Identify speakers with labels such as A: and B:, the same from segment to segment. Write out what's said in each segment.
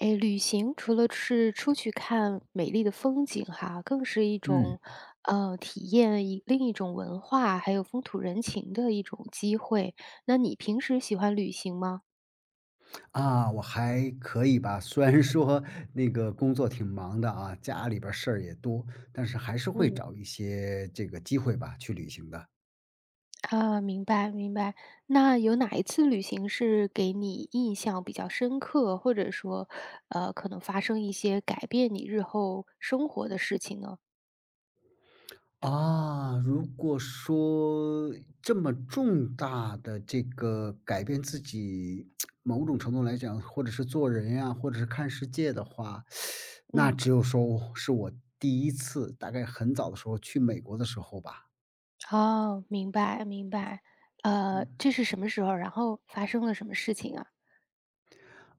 A: 诶，旅行除了是出去看美丽的风景哈，更是一
B: 嗯，
A: 种，体验一另一种文化，还有风土人情的一种机会。那你平时喜欢旅行吗？
B: 啊，我还可以吧，虽然说那个工作挺忙的啊，家里边儿事儿也多，但是还是会
A: 嗯。
B: 找一些这个机会吧，去旅行的。
A: 啊，明白明白。那有哪一次旅行是给你印象比较深刻，或者说，可能发生一些改变你日后生活的事情呢？
B: 啊，如果说这么重大的这个改变自己某种程度来讲，或者是做人呀，或者是看世界的话，那
A: 嗯，
B: 只有说是我第一次，大概很早的时候去美国的时候吧。
A: 哦，明白明白。
B: 嗯。
A: 这是什么时候，然后发生了什么事情啊？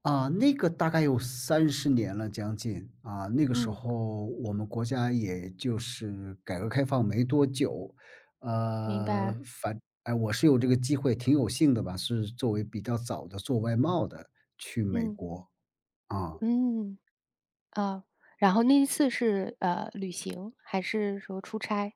B: 啊，那个大概有30年了，将近。啊，那个时
A: 嗯，
B: 候我们国家也就是改革开放没多久，
A: 明
B: 呃，
A: 白。
B: 反哎，我是有这个机会，挺有幸的吧，是作为比较早的做外贸的去美
A: 嗯，
B: 国，啊。
A: 嗯，啊，然后那一次是，旅行还是说出差？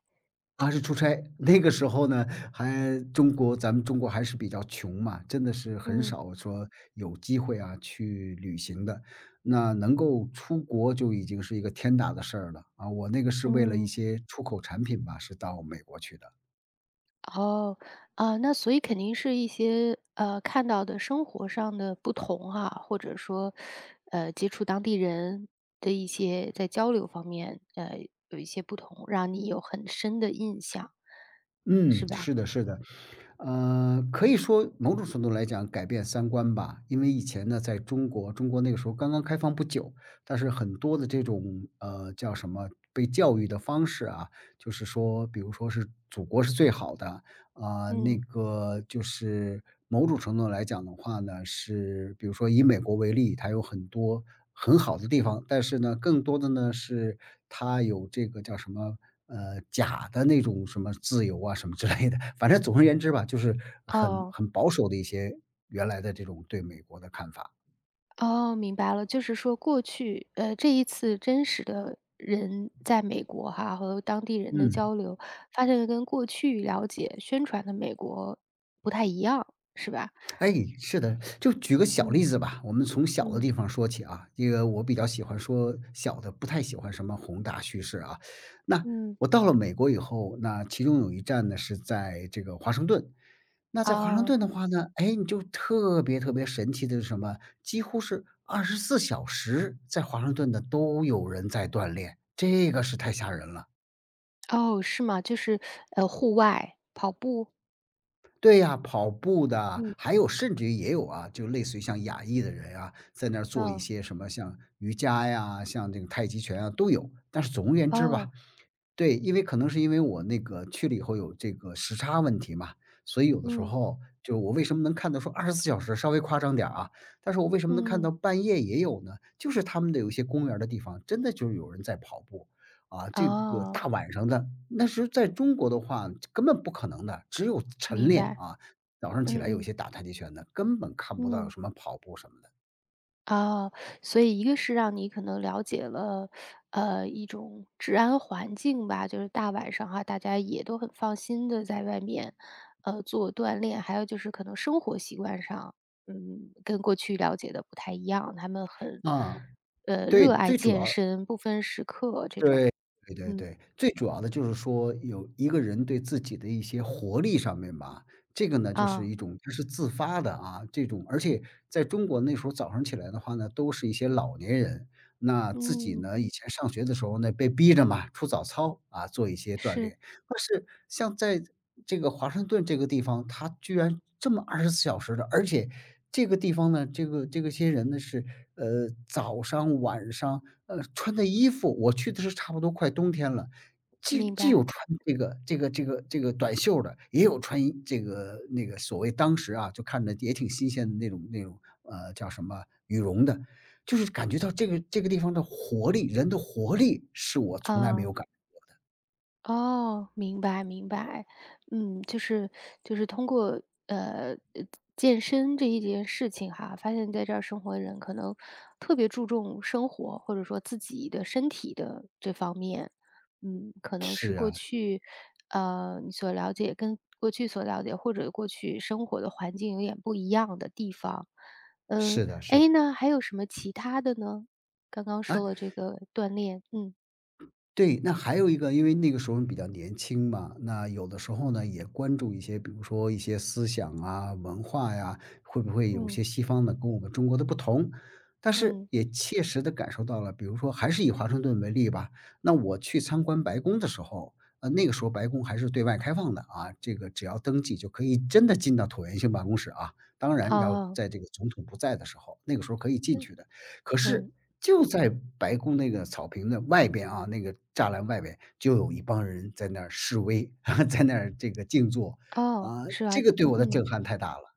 B: 啊，是出差。那个时候呢，还中国咱们中国还是比较穷嘛，真的是很
A: 嗯，
B: 少说有机会啊去旅行的。那能够出国就已经是一个天大的事儿了啊！我那个是为了一
A: 嗯，
B: 些出口产品吧，是到美国去的。
A: 哦，啊，那所以肯定是一些，看到的生活上的不同哈，或者说，接触当地人的一些在交流方面，有一些不同，让你有很深的印象，
B: 嗯，
A: 是吧？
B: 是的，是的，可以说某种程度来讲改变三观吧。因为以前呢，在中国，中国那个时候刚刚开放不久，但是很多的这种叫什么被教育的方式啊，就是说，比如说是祖国是最好的，啊，那
A: 嗯，
B: 个就是某种程度来讲的话呢，是比如说以美国为例，它有很多很好的地方，但是呢，更多的呢是它有这个叫什么假的那种什么自由啊什么之类的，反正总而言之吧，就是很
A: 哦。
B: 很保守的一些原来的这种对美国的看法。
A: 哦，明白了，就是说过去，这一次真实的人在美国哈，和当地人的
B: 嗯。
A: 交流，发现跟过去了解宣传的美国不太一样，是吧？
B: 哎，是的，就举个小例
A: 嗯
B: 子吧，我们从小的
A: 嗯
B: 地方说起啊。这个我比较喜欢说小的，不太喜欢什么宏大叙事啊。那
A: 嗯，
B: 我到了美国以后，那其中有一站呢是在这个华盛顿。那在华盛
A: 啊
B: 顿的话呢，哎，你就特别特别神奇的是什么？几乎是二十四小时在华盛顿的都有人在锻炼，这个是太吓人了。
A: 哦，是吗？就是户外跑步，
B: 对呀，跑步的啊，
A: 嗯，
B: 还有甚至于也有啊，就类似于像亚裔的人啊，在那儿做一
A: 哦
B: 些什么像瑜伽呀，像这个太极拳啊，都有。但是总而言之吧，
A: 哦，
B: 对，因为可能是因为我那个去了以后有这个时差问题嘛，所以有的时
A: 嗯
B: 候就我为什么能看到说二十四小时稍微夸张点儿啊，但是我为什么能看到
A: 嗯，
B: 半夜也有呢？就是他们的有一些公园儿的地方，真的就是有人在跑步。啊，这个
A: 哦，
B: 大晚上的，那时候在中国的话根本不可能的，只有晨
A: 明
B: 练
A: 白，
B: 啊，早上起来有
A: 嗯
B: 一
A: 嗯
B: 些打太极拳的，根本看不到有
A: 嗯。
B: 什么跑步什么的。
A: 哦，所以一个是让你可能了解了，一种治安环境吧，就是大晚上哈，大家也都很放心的在外面，做锻炼。还有就是可能生活习惯上，跟过去了解的不太一样，他们很，
B: 啊，对，
A: 热爱
B: 最主
A: 健
B: 要
A: 身，不分时刻这种。
B: 对，对对
A: 嗯，
B: 对，最主要的就是说有一个人对自己的一些活力上面吧，这个呢就是
A: 啊，
B: 一种它是自发的啊，这种而且在中国那时候早上起来的话呢，都是一些老年人，那自己
A: 嗯，
B: 呢以前上学的时候呢被逼着嘛，出早操啊，做一些锻
A: 是，
B: 炼。但是像在这个华盛顿这个地方，它居然这么二十四小时的，而且这个地方呢，这个些人呢是，早上、晚上，穿的衣服我去的是差不多快冬天了，既
A: 明
B: 既有
A: 白，
B: 穿这个短袖儿的，也有穿一这个那个所谓当时啊，就看着也挺新鲜的那种，叫什么羽绒的，就是感觉到这个地方的活力，人的活力是我从来没
A: 啊。
B: 有感
A: 哦，明白明白。嗯，就是通过呃呃健身这一件事情哈，发现在这儿生活的人可能特别注重生活，或者说自己的身体的这方面。嗯，可能是
B: 是啊，
A: 过去你所了解跟过去所了解或者过去生活的环境有点不一样的地方。嗯，
B: 是的是的。
A: a 呢还有什么其他的呢？刚刚
B: 啊，
A: 说了这个锻炼，嗯
B: 对，那还有一个，因为那个时候比较年轻嘛，那有的时候呢也关注一些，比如说一些思想啊、文化呀，会不会有些
A: 嗯
B: 西方的跟我们中国的不同？但是
A: 嗯，
B: 也切实的感受到了，比如说还是以华盛顿为例吧，那我去参观白宫的时候，那个时候白宫还是对外开放的啊，这个只要登记就可以真的进到椭圆形办公室啊，当
A: 哦
B: 然要在
A: 哦。
B: 这个总统不在的时候，那个时候可以进去的。可是
A: 嗯，
B: 就在白宫那个草坪的外边啊，那个栅栏外边就有一帮人在那儿示威，在那儿这个静坐，
A: 哦，
B: 啊，
A: 是啊，
B: 这个对
A: 嗯
B: 我的
A: 嗯，
B: 震撼太大了。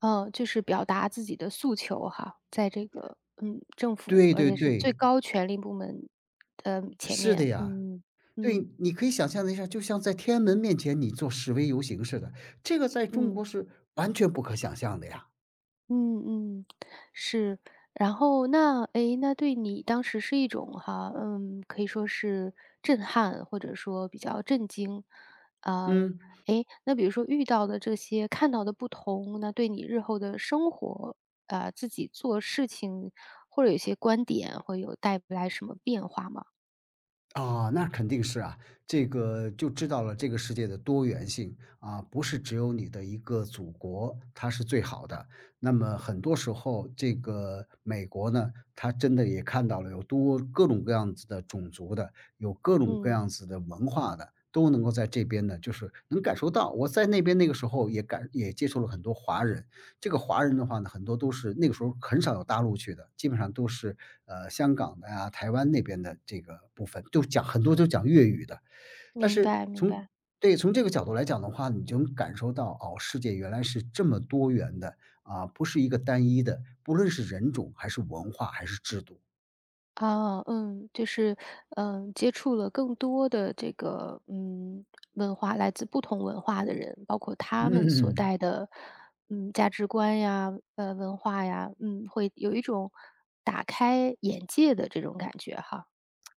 A: 哦，就是表达自己的诉求哈，在这个，政府，
B: 对
A: 而
B: 对
A: 且是
B: 对，
A: 最高权力部门的前
B: 是的
A: 面，
B: 呀，
A: 嗯嗯
B: 对，你可以想象一下，就像在天安门面前你做示威游行似的，这个在中
A: 嗯。
B: 国是完全不可想象的呀，
A: 嗯嗯，是。然后那诶，那对你当时是一种哈，嗯，可以说是震撼，或者说比较震惊。啊，
B: 嗯。
A: 诶，那比如说遇到的这些看到的不同，那对你日后的生活，啊，自己做事情或者有些观点会有带不来什么变化吗？
B: 啊，那肯定是啊，这个就知道了这个世界的多元性啊，不是只有你的一个祖国，它是最好的。那么很多时候，这个美国呢，他真的也看到了有多各种各样子的种族的，有各种各
A: 嗯，
B: 样子的文化的，都能够在这边呢，就是能感受到。我在那边那个时候也接触了很多华人，这个华人的话呢，很多都是那个时候很少有大陆去的，基本上都是，香港的呀、台湾那边的这个部分，就讲很多就讲粤语的。但
A: 明
B: 是
A: 白明
B: 从
A: 白。
B: 对，从这个角度来讲的话，你就能感受到，哦，世界原来是这么多元的，啊，不是一个单一的，不论是人种还是文化还是制度。
A: 啊，嗯，就是，接触了更多的这个，文化，来自不同文化的人，包括他们所
B: 嗯。
A: 带的，价值观呀，文化呀，会有一种打开眼界的这种感觉哈，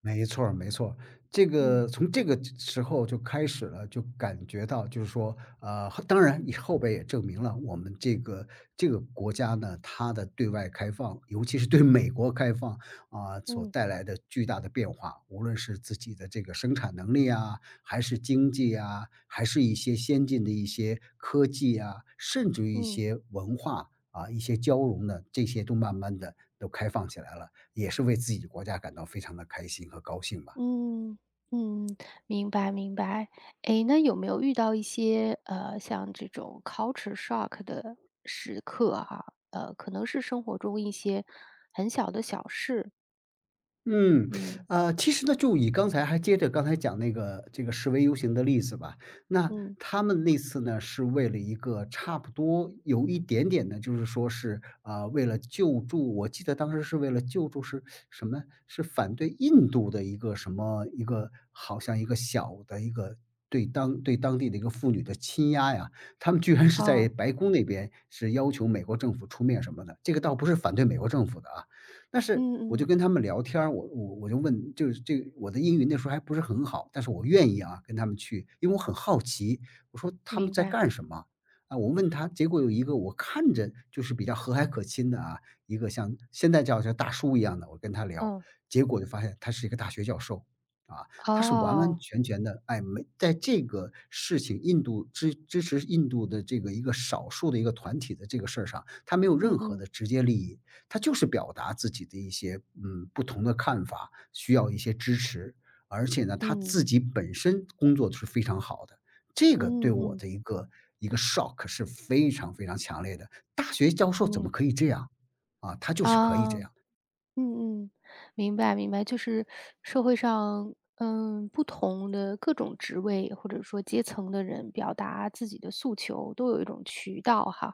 B: 没错儿没错儿这
A: 嗯。
B: 个从这个时候就开始了，就感觉到就是说，当然以后边也证明了我们这个国家呢，它的对外开放，尤其是对美国开放啊，所
A: 嗯
B: 带来的巨大的变化，无论是自己的这个生产能力啊，还是经济啊，还是一些先进的一些科技啊，甚至于一
A: 嗯。
B: 些文化啊，一些交融的这些都慢慢的都开放起来了。也是为自己国家感到非常的开心和高兴吧。
A: 嗯，嗯，明白明白。诶，那有没有遇到一些，像这种 culture shock 的时刻哈？可能是生活中一些很小的小事。
B: 嗯，
A: 嗯，
B: 其实呢，就以刚才还接着刚才讲那个这个示威游行的例子吧，那
A: 嗯，
B: 他们那次呢，是为了一个差不多有一点点呢，就是说是啊、为了救助，我记得当时是为了救助是什么？是反对印度的一个什么一个，好像一个小的一个。对当地的一个妇女的欺压呀，他们居然是在
A: 哦，
B: 白宫那边是要求美国政府出面什么的，这个倒不是反对美国政府的啊，但是
A: 嗯
B: 我就
A: 嗯，
B: 跟他们聊天儿，我就问，就是这个我的英语那时候还不是很好，但是我愿意啊跟他们去，因为我很好奇，我说他们
A: 明
B: 在
A: 白。
B: 干什么啊？我问他，结果有一个我看着就是比较和蔼可亲的啊，一个像现在叫大叔一样的，我跟他聊，
A: 嗯，
B: 结果就发现他是一个大学教授。啊，他是完完
A: 哦，
B: 全全的，哎，没在这个事情，印度支持印度的这个一个少数的一个团体的这个事儿上，他没有任
A: 嗯
B: 何
A: 嗯，
B: 的直接利益，他就是表达自己的一些，嗯，不同的看法，需要一些支持。而且呢，他
A: 嗯，
B: 自己本身工作是非常好的，这个对
A: 嗯
B: 我
A: 嗯，
B: 的一个 shock 是非常非常强烈的。大学教授怎么
A: 嗯，
B: 可以这样？啊，他就是可以
A: 啊。
B: 这样。
A: 嗯嗯，明白明白，就是社会上，不同的各种职位或者说阶层的人表达自己的诉求，都有一种渠道哈，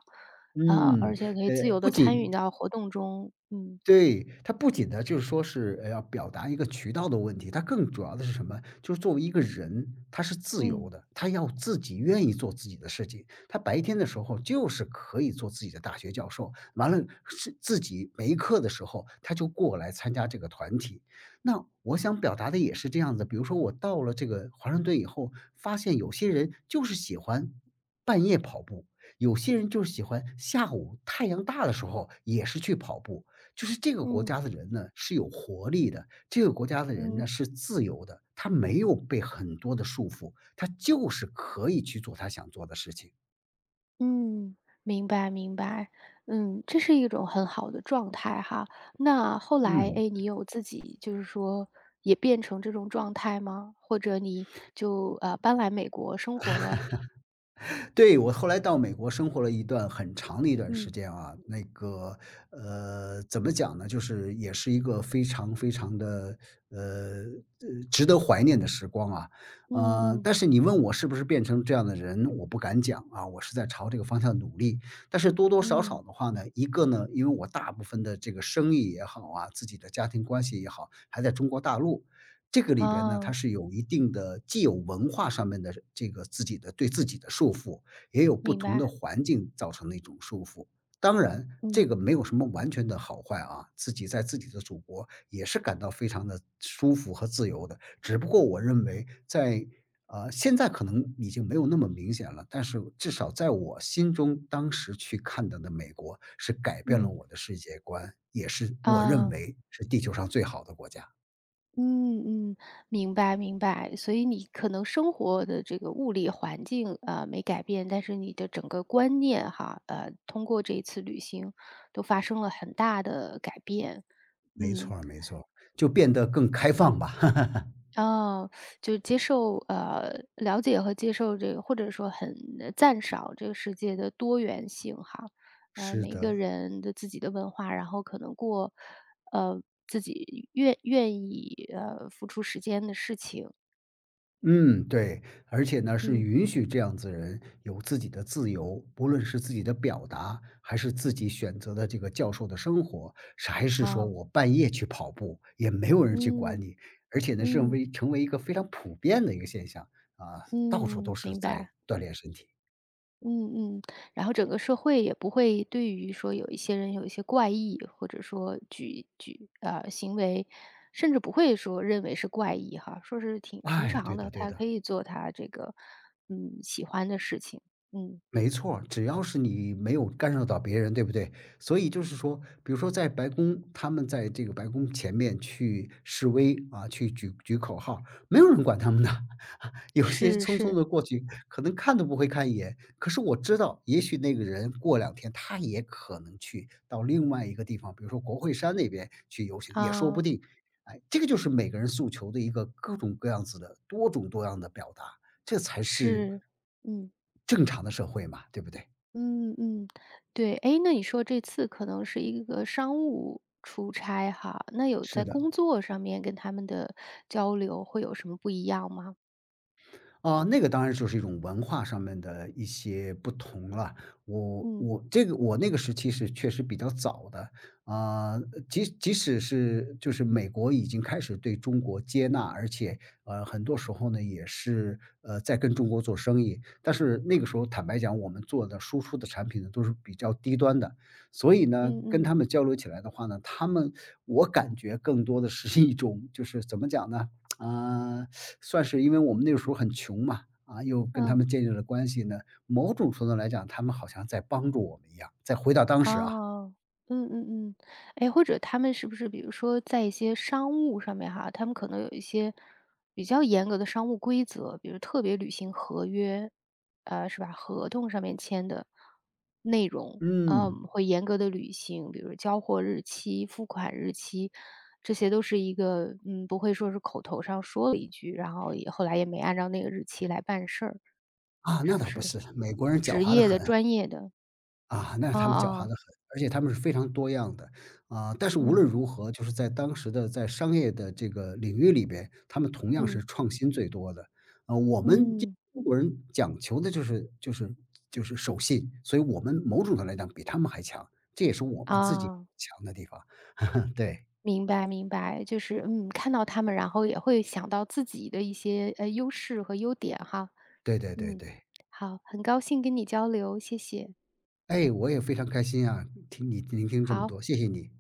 A: 啊，
B: 嗯，
A: 而且可以自
B: 呃，
A: 由
B: 不
A: 的参与
B: 仅
A: 到活动中，嗯
B: 对，它不仅呢，就是说是，要表达一个渠道的问题，它更主要的是什么？就是作为一个人，他是自由
A: 嗯
B: 的，他要自己愿意做自己的事情。他白天的时候就是可以做自己的大学教授，完了是自己没课的时候，他就过来参加这个团体。那我想表达的也是这样的，比如说我到了这个华盛顿以后，发现有些人就是喜欢半夜跑步，有些人就是喜欢下午太阳大的时候也是去跑步。就是这个国
A: 嗯
B: 家的人呢是有活力的，这个国家的人
A: 嗯
B: 呢是自由的，他没有被很多的束缚，他就是可以去做他想做的事情。
A: 嗯，明白明白，嗯，这是一种很好的状态哈。那后来，
B: 嗯。
A: 哎，你有自己就是说也变成这种状态吗？或者你就搬来美国生活了？
B: 对，我后来到美国生活了一段很长的一段时
A: 嗯。
B: 间啊，那个，怎么讲呢？就是也是一个非常非常的，呃，值得怀念的时光啊。
A: 嗯嗯。
B: 但是你问我是不是变成这样的人，我不敢讲啊，我是在朝这个方向努力。但是多多少少
A: 嗯，
B: 的话呢，一个呢，因为我大部分的这个生意也好啊，自己的家庭关系也好，还在中国大陆。这个里边呢，它
A: 哦，
B: 是有一定的既有文化上面的这个自己的对自己的束缚，也有不
A: 明
B: 同
A: 白，
B: 的环境造成的一种束缚。当然，这
A: 嗯。
B: 个没有什么完全的好坏啊，自己在自己的祖国也是感到非常的舒服和自由的。只不过我认为在，现在可能已经没有那么明显了，但是至少在我心中，当时去看到的美国是改变了
A: 嗯。
B: 我的世界观，也
A: 哦。嗯嗯
B: 是我认
A: 啊，
B: 为是地球上最好的国家。
A: 嗯嗯明白明白，所以你可能生活的这个物理环境，啊没改变，但是你的整个观念哈，通过这一次旅行都发生了很大的改变，
B: 没
A: 嗯。
B: 错儿，没错儿，就变得更开放吧。
A: 哦，就是了解和接受这个或者说很赞赏这个世界的多元性哈。
B: 是
A: 每个
B: 的。
A: 人的自己的文化，然后可能过，呃，自己愿意，付出时间的事情。
B: 嗯，对，而且呢，是
A: 嗯，
B: 允许这样子人有自己的自由，不论是自己的表达，还是自己选择的这个教授的生活，是还是说
A: 啊，
B: 我半夜去跑步，也没有人去管
A: 嗯，
B: 你，而且呢，是
A: 嗯，
B: 为成为一个非常普遍的一个现象，啊，到处都
A: 嗯，
B: 是
A: 明
B: 在
A: 白。
B: 锻炼身体。
A: 嗯嗯，然后整个社会也不会对于说有一些人有一些怪异，或者说举举呃行为，甚至不会说认为是怪异哈，说是挺平
B: 哎，对
A: 常
B: 的
A: 的，
B: 对
A: 他
B: 的。
A: 可以做他这个喜欢的事情，嗯，
B: 没错儿只要是你没有干扰到别人，对不对？所以就是说，比如说在白宫，他们在这个白宫前面去示威啊，去举口号，没有人管他们的，有些
A: 是
B: 匆匆
A: 是
B: 的过去，可能看都不会看一眼。可是我知道，也许那个人过两天他也可能去到另外一个地方，比如说国会山那边去游行，也说不
A: 啊
B: 定。哎，这个就是每个人诉求的一个各种各样子的多种多样的表达。这才是
A: 是，嗯
B: 正常的社会嘛，对不对？
A: 嗯嗯，对，哎，那你说这次可能是一个商务出差哈，那有
B: 是
A: 在
B: 的，
A: 工作上面跟他们的交流会有什么不一样吗？
B: 啊，那个当然就是一种文化上面的一些不同了。我
A: 嗯。
B: 我这个我那个时期是确实比较早的，啊，即使是就是美国已经开始对中国接纳，而且很多时候呢也是在跟中国做生意，但是那个时候坦白讲，我们做的输出的产品呢都是比较低端的，所以呢
A: 嗯
B: 跟
A: 嗯。
B: 他们交流起来的话呢，他们我感觉更多的是一种就是怎么讲呢？啊，算是因为我们那个时候很穷嘛，啊，又跟他
A: 嗯，
B: 们建立了关系呢，某种程度来讲，他们好像在帮助我们一样。再回到当时啊，
A: 哦，嗯嗯嗯。哎，或者他们是不是比如说在一些商务上面哈，他们可能有一些比较严格的商务规则，比如特别履行合约，是吧？合同上面签的内容，
B: 嗯，
A: 会严格的履行，比如交货日期、付款日期，这些都是一个不会说是口头上说了一句，然后也后来也没按照那个日期来办事儿，
B: 啊，那
A: 是不
B: 倒不
A: 是？
B: 是，美国人狡
A: 职
B: 猾的
A: 业
B: 很。
A: 的、专业的，
B: 啊，那
A: 啊
B: 他们狡
A: 啊。
B: 猾的
A: 哦
B: 很，而且他们是非常多样的。啊，但是无论
A: 嗯
B: 如何，就是在当时的在商业的这个领域里边，他们同样是
A: 嗯
B: 创新最多的。啊，我们这
A: 嗯，
B: 中国人讲求的就是守信，所以我们某种上来讲比他们还强，这也是我们自己
A: 啊，
B: 强的地方。嗯
A: 明白明白，就是看到他们，然后也会想到自己的一些优势和优点哈，
B: 对对对对
A: 嗯，
B: 对。
A: 好，很高兴跟你交流，谢谢，
B: 哎，我也非常开心啊，听你聆听这么
A: 好。
B: 多，谢谢你。